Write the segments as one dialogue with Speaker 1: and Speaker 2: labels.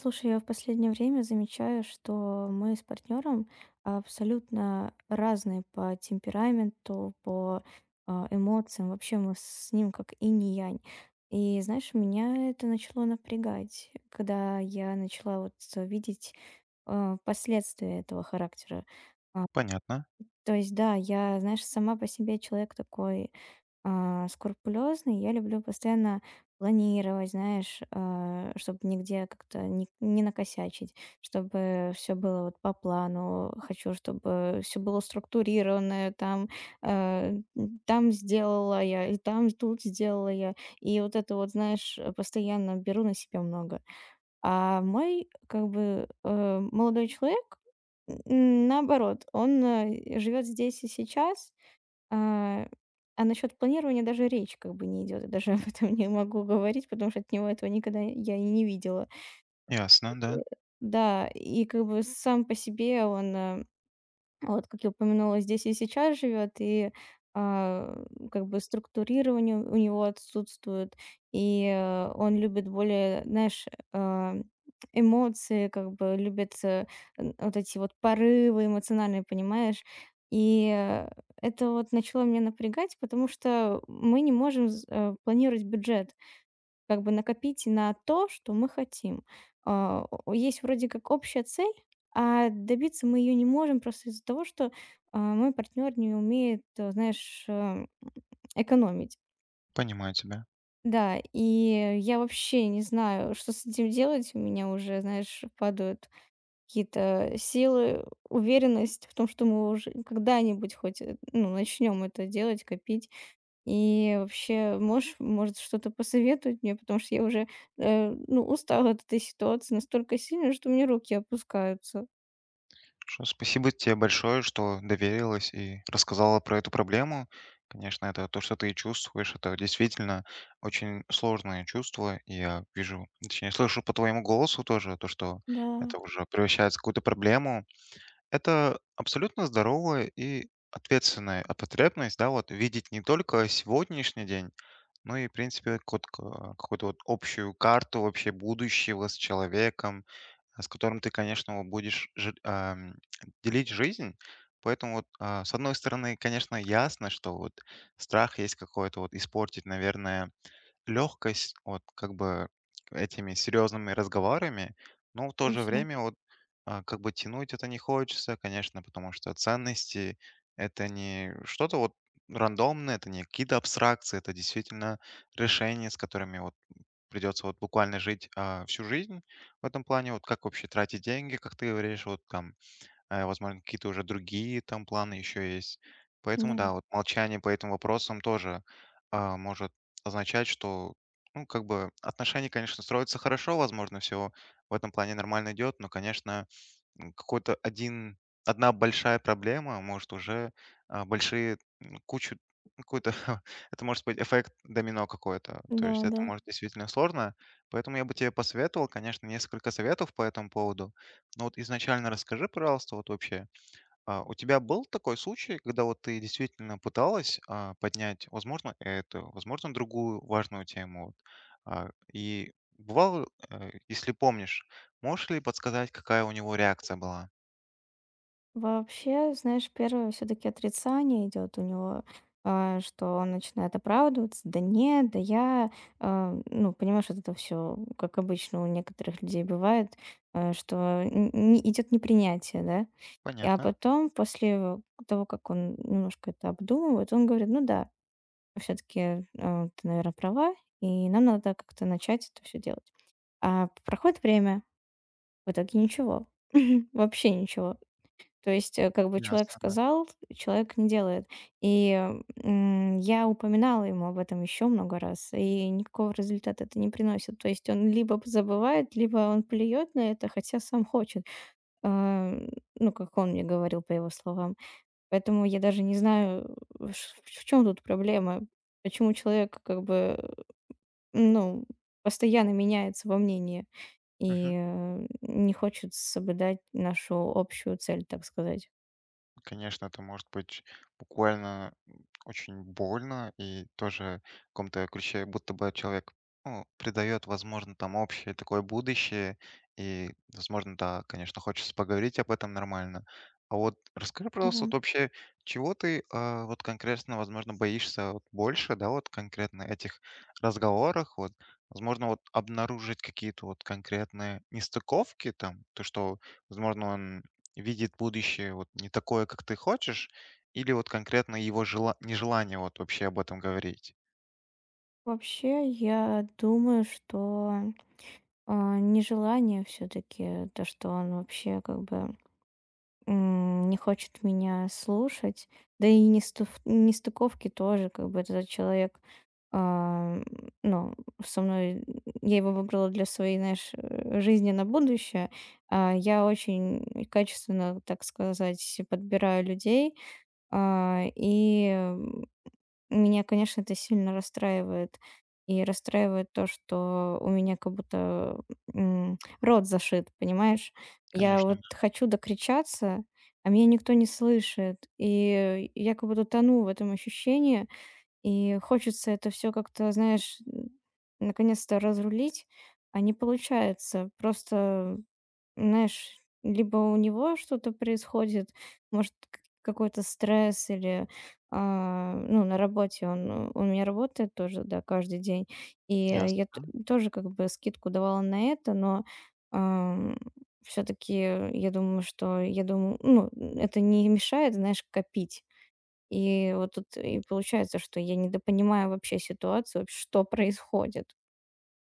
Speaker 1: Слушай, я в последнее время замечаю, что мы с партнером абсолютно разные по темпераменту, по эмоциям. Вообще мы с ним как инь и янь. И, знаешь, меня это начало напрягать, когда я начала вот видеть последствия этого характера. А,
Speaker 2: Понятно,
Speaker 1: То есть, да, я, знаешь, сама по себе человек такой скрупулёзный. Я люблю постоянно планировать, знаешь, чтобы нигде как-то не накосячить, чтобы все было вот по плану. Хочу, чтобы все было структурированное, там, э, там сделала я, и там, и тут сделала я. И вот это вот, знаешь, постоянно беру на себя много. А мой, как бы, молодой человек, наоборот, он живет здесь и сейчас, а, а насчет планирования даже речь как бы не идет. Я даже об этом не могу говорить, потому что от него этого никогда я и не видела.
Speaker 2: ясно, да,
Speaker 1: Э, Да, и как бы сам по себе он вот, как я упомянула, здесь и сейчас живет, и а, как бы структурирование у него отсутствует, и он любит более, знаешь, а, эмоции, как бы любит вот эти вот порывы эмоциональные, понимаешь? И э, это вот начало меня напрягать, потому что мы не можем планировать бюджет. Как бы накопить на то, что мы хотим. О есть вроде как общая цель, а добиться мы ее не можем просто из-за того, что, мой партнер не умеет, знаешь, экономить.
Speaker 2: понимаю тебя.
Speaker 1: Да, и я вообще не знаю, что с этим делать. У меня уже, знаешь, падают какие-то силы, уверенность в том, что мы уже когда-нибудь хоть, ну, начнём это делать, копить. И вообще, можешь, может, что-то посоветовать мне, потому что я уже, ну, устала от этой ситуации настолько сильно, что мне руки опускаются.
Speaker 2: Спасибо тебе большое, что доверилась и рассказала про эту проблему. Конечно, это то, что ты чувствуешь, это действительно очень сложное чувство. И я вижу, точнее, слышу по твоему голосу тоже то, что
Speaker 1: Да.
Speaker 2: это уже превращается в какую-то проблему. Это абсолютно здоровая и ответственная потребность, да, вот видеть не только сегодняшний день, но и, в принципе, какую-то вот общую карту вообще будущего с человеком, с которым ты, конечно, вот будешь делить жизнь. Поэтому вот, с одной стороны, конечно, ясно, что вот страх есть какой-то вот испортить, наверное, легкость вот как бы этими серьезными разговорами, но в то же
Speaker 1: Точно.
Speaker 2: время как бы тянуть это не хочется, конечно, потому что ценности это не что-то вот рандомное, это не какие-то абстракции, это действительно решения, с которыми вот придется вот буквально жить всю жизнь в этом плане, вот как вообще тратить деньги, как ты говоришь, вот там возможно, какие-то уже другие там планы еще есть. Поэтому
Speaker 1: Да,
Speaker 2: да, вот молчание по этим вопросам тоже может означать, что, ну, как бы отношения, конечно, строятся хорошо, возможно, все в этом плане нормально идет, но, конечно, какой-то одна большая проблема может уже большие кучу какой-то, это может быть эффект домино какой-то, то есть
Speaker 1: да,
Speaker 2: это
Speaker 1: да.
Speaker 2: может действительно сложно, поэтому я бы тебе посоветовал, конечно, несколько советов по этому поводу, но вот изначально расскажи, пожалуйста, вот вообще, а у тебя был такой случай, когда вот ты действительно пыталась, поднять, возможно, эту, возможно, другую важную тему? Вот. А, и бывало, если помнишь, можешь ли подсказать, какая у него реакция была?
Speaker 1: Вообще, знаешь, первое все таки отрицание идет у него, что он начинает оправдываться: "Да нет, да я". А, ну, понимаешь, вот это все, как обычно у некоторых людей бывает, что идет не идёт непринятие, да. А
Speaker 2: Понятно.
Speaker 1: потом, после того, как он немножко это обдумывает, он говорит: "Ну да, все таки ты, наверное, права, и нам надо как-то начать это все делать". А проходит время, в итоге ничего, вообще ничего. То есть, как бы человек
Speaker 2: Ясно, да.
Speaker 1: сказал, человек не делает. И, я упоминала ему об этом еще много раз, и никакого результата это не приносит. То есть он либо забывает, либо он плюет на это, хотя сам хочет. А, ну, как он мне говорил, по его словам. Поэтому я даже не знаю, ш в чем тут проблема. Почему человек как бы, ну, постоянно меняется во мнении и, не хочет соблюдать нашу общую цель, так сказать.
Speaker 2: Конечно, это может быть буквально очень больно и тоже в каком-то ключе, будто бы человек ну, придает, возможно, там общее такое будущее, и, возможно, да, конечно, хочется поговорить об этом нормально. А вот расскажи, пожалуйста,
Speaker 1: Да.
Speaker 2: вот вообще, чего ты вот конкретно, возможно, боишься вот больше, да, вот конкретно этих разговорах, вот, возможно, вот обнаружить какие-то вот конкретные нестыковки там, то, что, возможно, он видит будущее вот не такое, как ты хочешь, или вот конкретно его жела нежелание вот вообще об этом говорить?
Speaker 1: Вообще, я думаю, что, нежелание все таки то, что он вообще как бы, не хочет меня слушать, да и нестуф нестыковки тоже, как бы этот человек, а, м, ну, со мной я его выбрала для своей, знаешь, жизни на будущее. Я очень качественно, так сказать, подбираю людей, а, и, меня, конечно, это сильно расстраивает. И расстраивает то, что у меня как будто, рот зашит, понимаешь? Я
Speaker 2: Конечно,
Speaker 1: вот хочу докричаться, а меня никто не слышит. И я как будто тону в этом ощущении, и хочется это все как-то, знаешь, наконец-то разрулить, а не получается. Просто, знаешь, либо у него что-то происходит, может, к какой-то стресс или, а, ну, на работе он, у меня работает тоже, да, каждый день. И
Speaker 2: да. Ясно.
Speaker 1: я т
Speaker 2: Мгм.
Speaker 1: тоже как бы скидку давала на это, но, все таки я думаю, ну, это не мешает, знаешь, копить. И вот тут и получается, что я недопонимаю вообще ситуацию, вообще, что происходит.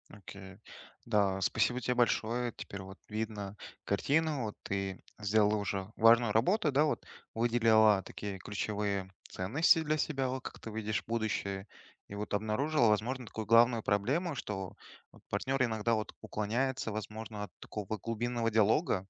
Speaker 2: Окей. Да, спасибо тебе большое. Теперь вот видно картину, вот ты сделала уже важную работу, да, вот выделила такие ключевые ценности для себя, вот как ты видишь будущее, и вот обнаружила, возможно, такую главную проблему, что вот партнер иногда вот уклоняется, возможно, от такого глубинного диалога.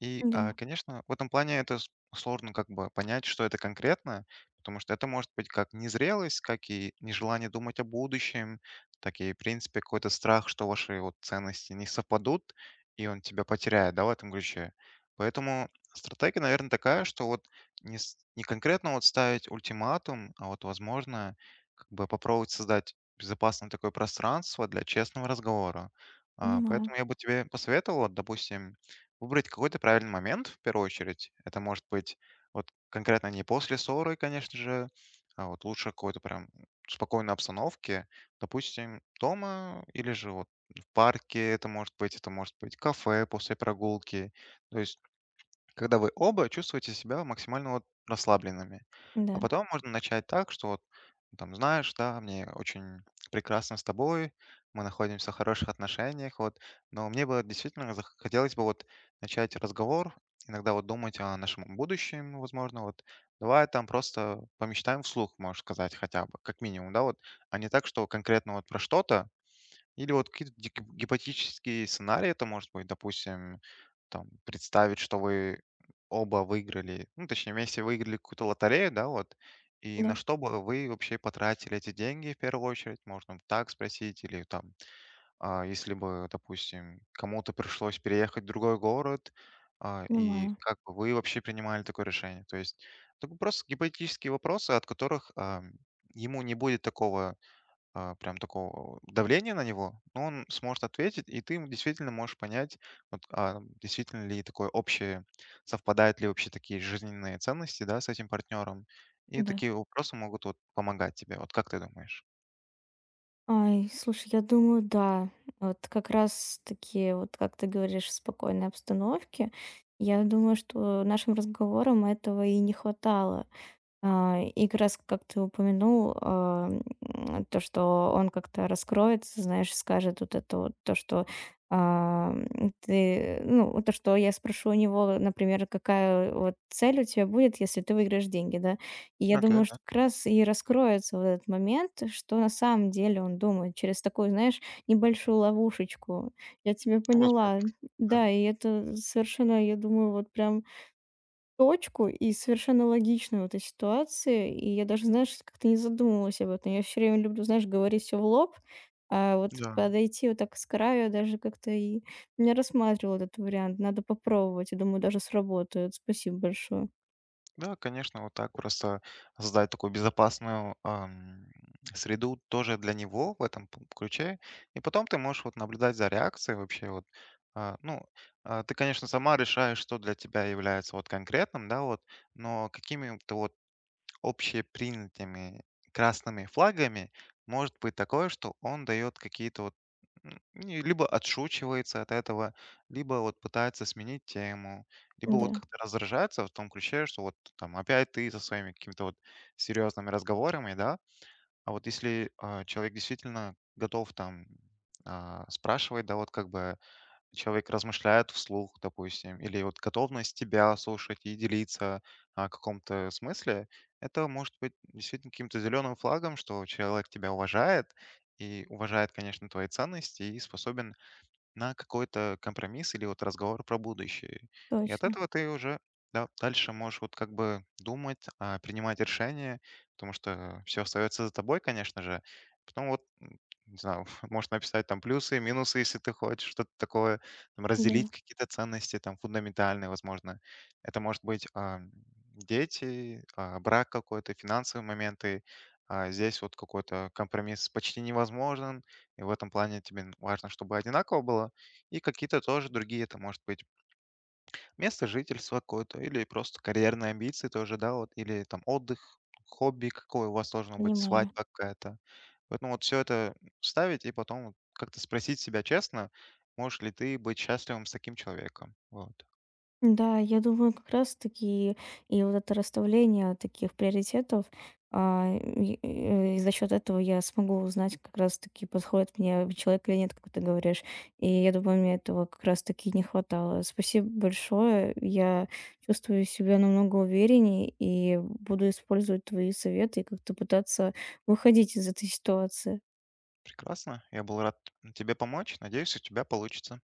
Speaker 1: Да,
Speaker 2: Конечно, в этом плане это с сложно как бы понять, что это конкретно, потому что это может быть как незрелость, как и нежелание думать о будущем, так и, в принципе, какой-то страх, что ваши вот ценности не совпадут, и он тебя потеряет, да, в этом ключе. Поэтому стратегия, наверное, такая, что вот не конкретно вот ставить ультиматум, а вот, возможно, как бы попробовать создать безопасное такое пространство для честного разговора.
Speaker 1: понимаю.
Speaker 2: Поэтому я бы тебе посоветовал, вот, допустим, выбрать какой-то правильный момент, в первую очередь. Это может быть вот конкретно не после ссоры, конечно же, а вот лучше какой-то прям спокойной обстановке, допустим, дома или же вот в парке это может быть кафе после прогулки. То есть когда вы оба чувствуете себя максимально вот расслабленными. А
Speaker 1: Да.
Speaker 2: потом можно начать так, что вот, ну, там, знаешь, да, мне очень прекрасно с тобой, мы находимся в хороших отношениях, вот, но мне бы действительно хотелось бы вот начать разговор, иногда вот думать о нашем будущем, возможно, вот, давай там просто помечтаем вслух, можешь сказать, хотя бы, как минимум, да, вот, а не так, что конкретно вот про что-то, или вот какие-то гипотетические сценарии это может быть, допустим, там, представить, что вы оба выиграли, ну, точнее, вместе выиграли какую-то лотерею, да, вот, и
Speaker 1: Да,
Speaker 2: на что бы вы вообще потратили эти деньги в первую очередь, можно вот так спросить, или там, если бы, допустим, кому-то пришлось переехать в другой город, и
Speaker 1: понимаю.
Speaker 2: как бы вы вообще принимали такое решение. То есть, это просто гипотетические вопросы, от которых, ему не будет такого прям такого давления на него, но он сможет ответить, и ты действительно можешь понять, вот, действительно ли такое общее, совпадают ли вообще такие жизненные ценности, да, с этим партнером. И
Speaker 1: Да.
Speaker 2: такие вопросы могут вот помогать тебе. Вот как ты думаешь?
Speaker 1: Ай, слушай, я думаю, да. Вот как раз таки, вот как ты говоришь, в спокойной обстановке. Я думаю, что нашим разговорам этого и не хватало. А, и как раз, как ты упомянул, то, что он как-то раскроется, знаешь, скажет вот это вот, то, что ты, ну, то, что я спрошу у него, например, какая вот цель у тебя будет, если ты выиграешь деньги, да. И я
Speaker 2: Окей,
Speaker 1: думаю,
Speaker 2: да,
Speaker 1: что как раз и раскроется вот этот момент, что на самом деле он думает через такую, знаешь, небольшую ловушечку. Я тебя
Speaker 2: ну, возможно.
Speaker 1: поняла.
Speaker 2: Да.
Speaker 1: Да, и это совершенно, я думаю, вот прям точку и совершенно логично в этой ситуации. И я даже, знаешь, как-то не задумывалась об этом. Я все время люблю, знаешь, говорить все в лоб, а вот
Speaker 2: Да.
Speaker 1: подойти вот так с краю я даже как-то и не рассматривала этот вариант. Надо попробовать. Я думаю, даже сработает. Спасибо большое.
Speaker 2: Да, конечно, вот так просто создать такую безопасную среду тоже для него в этом ключе. И потом ты можешь вот наблюдать за реакцией вообще вот. Ну, ты, конечно, сама решаешь, что для тебя является вот конкретным, да, вот, но какими-то вот общепринятыми красными флагами может быть такое, что он дает какие-то вот либо отшучивается от этого, либо вот пытается сменить тему, либо
Speaker 1: Да,
Speaker 2: вот как-то раздражается в том ключе, что вот там опять ты со своими какими-то вот серьезными разговорами, да, а вот если человек действительно готов там спрашивать, да, вот как бы человек размышляет вслух, допустим, или вот готовность тебя слушать и делиться о каком-то смысле, это может быть действительно каким-то зеленым флагом, что человек тебя уважает и уважает, конечно, твои ценности и способен на какой-то компромисс или вот разговор про будущее. И от
Speaker 1: точно.
Speaker 2: этого ты уже да, дальше можешь вот как бы думать, принимать решения, потому что все остается за тобой, конечно же. Потом вот, не знаю, можешь написать там плюсы, минусы, если ты хочешь, что-то такое, там,
Speaker 1: Да,
Speaker 2: разделить какие-то ценности, там, фундаментальные, возможно. Это может быть дети, брак какой-то, финансовые моменты. А здесь вот какой-то компромисс почти невозможен, и в этом плане тебе важно, чтобы одинаково было. И какие-то тоже другие, это может быть место жительства какое-то, или просто карьерные амбиции тоже, да, вот, или там отдых, хобби какое у вас должно быть,
Speaker 1: понимаю.
Speaker 2: свадьба какая-то. Поэтому вот все это ставить и потом вот как-то спросить себя честно, можешь ли ты быть счастливым с таким человеком. Вот.
Speaker 1: Да, я думаю, как раз таки и вот это расставление таких приоритетов, а, и и за счет этого я смогу узнать, как раз таки подходит мне человек или нет, как ты говоришь. И я думаю, мне этого как раз таки не хватало. Спасибо большое. Я чувствую себя намного увереннее и буду использовать твои советы и как-то пытаться выходить из этой ситуации.
Speaker 2: Прекрасно. Я был рад тебе помочь. Надеюсь, у тебя получится.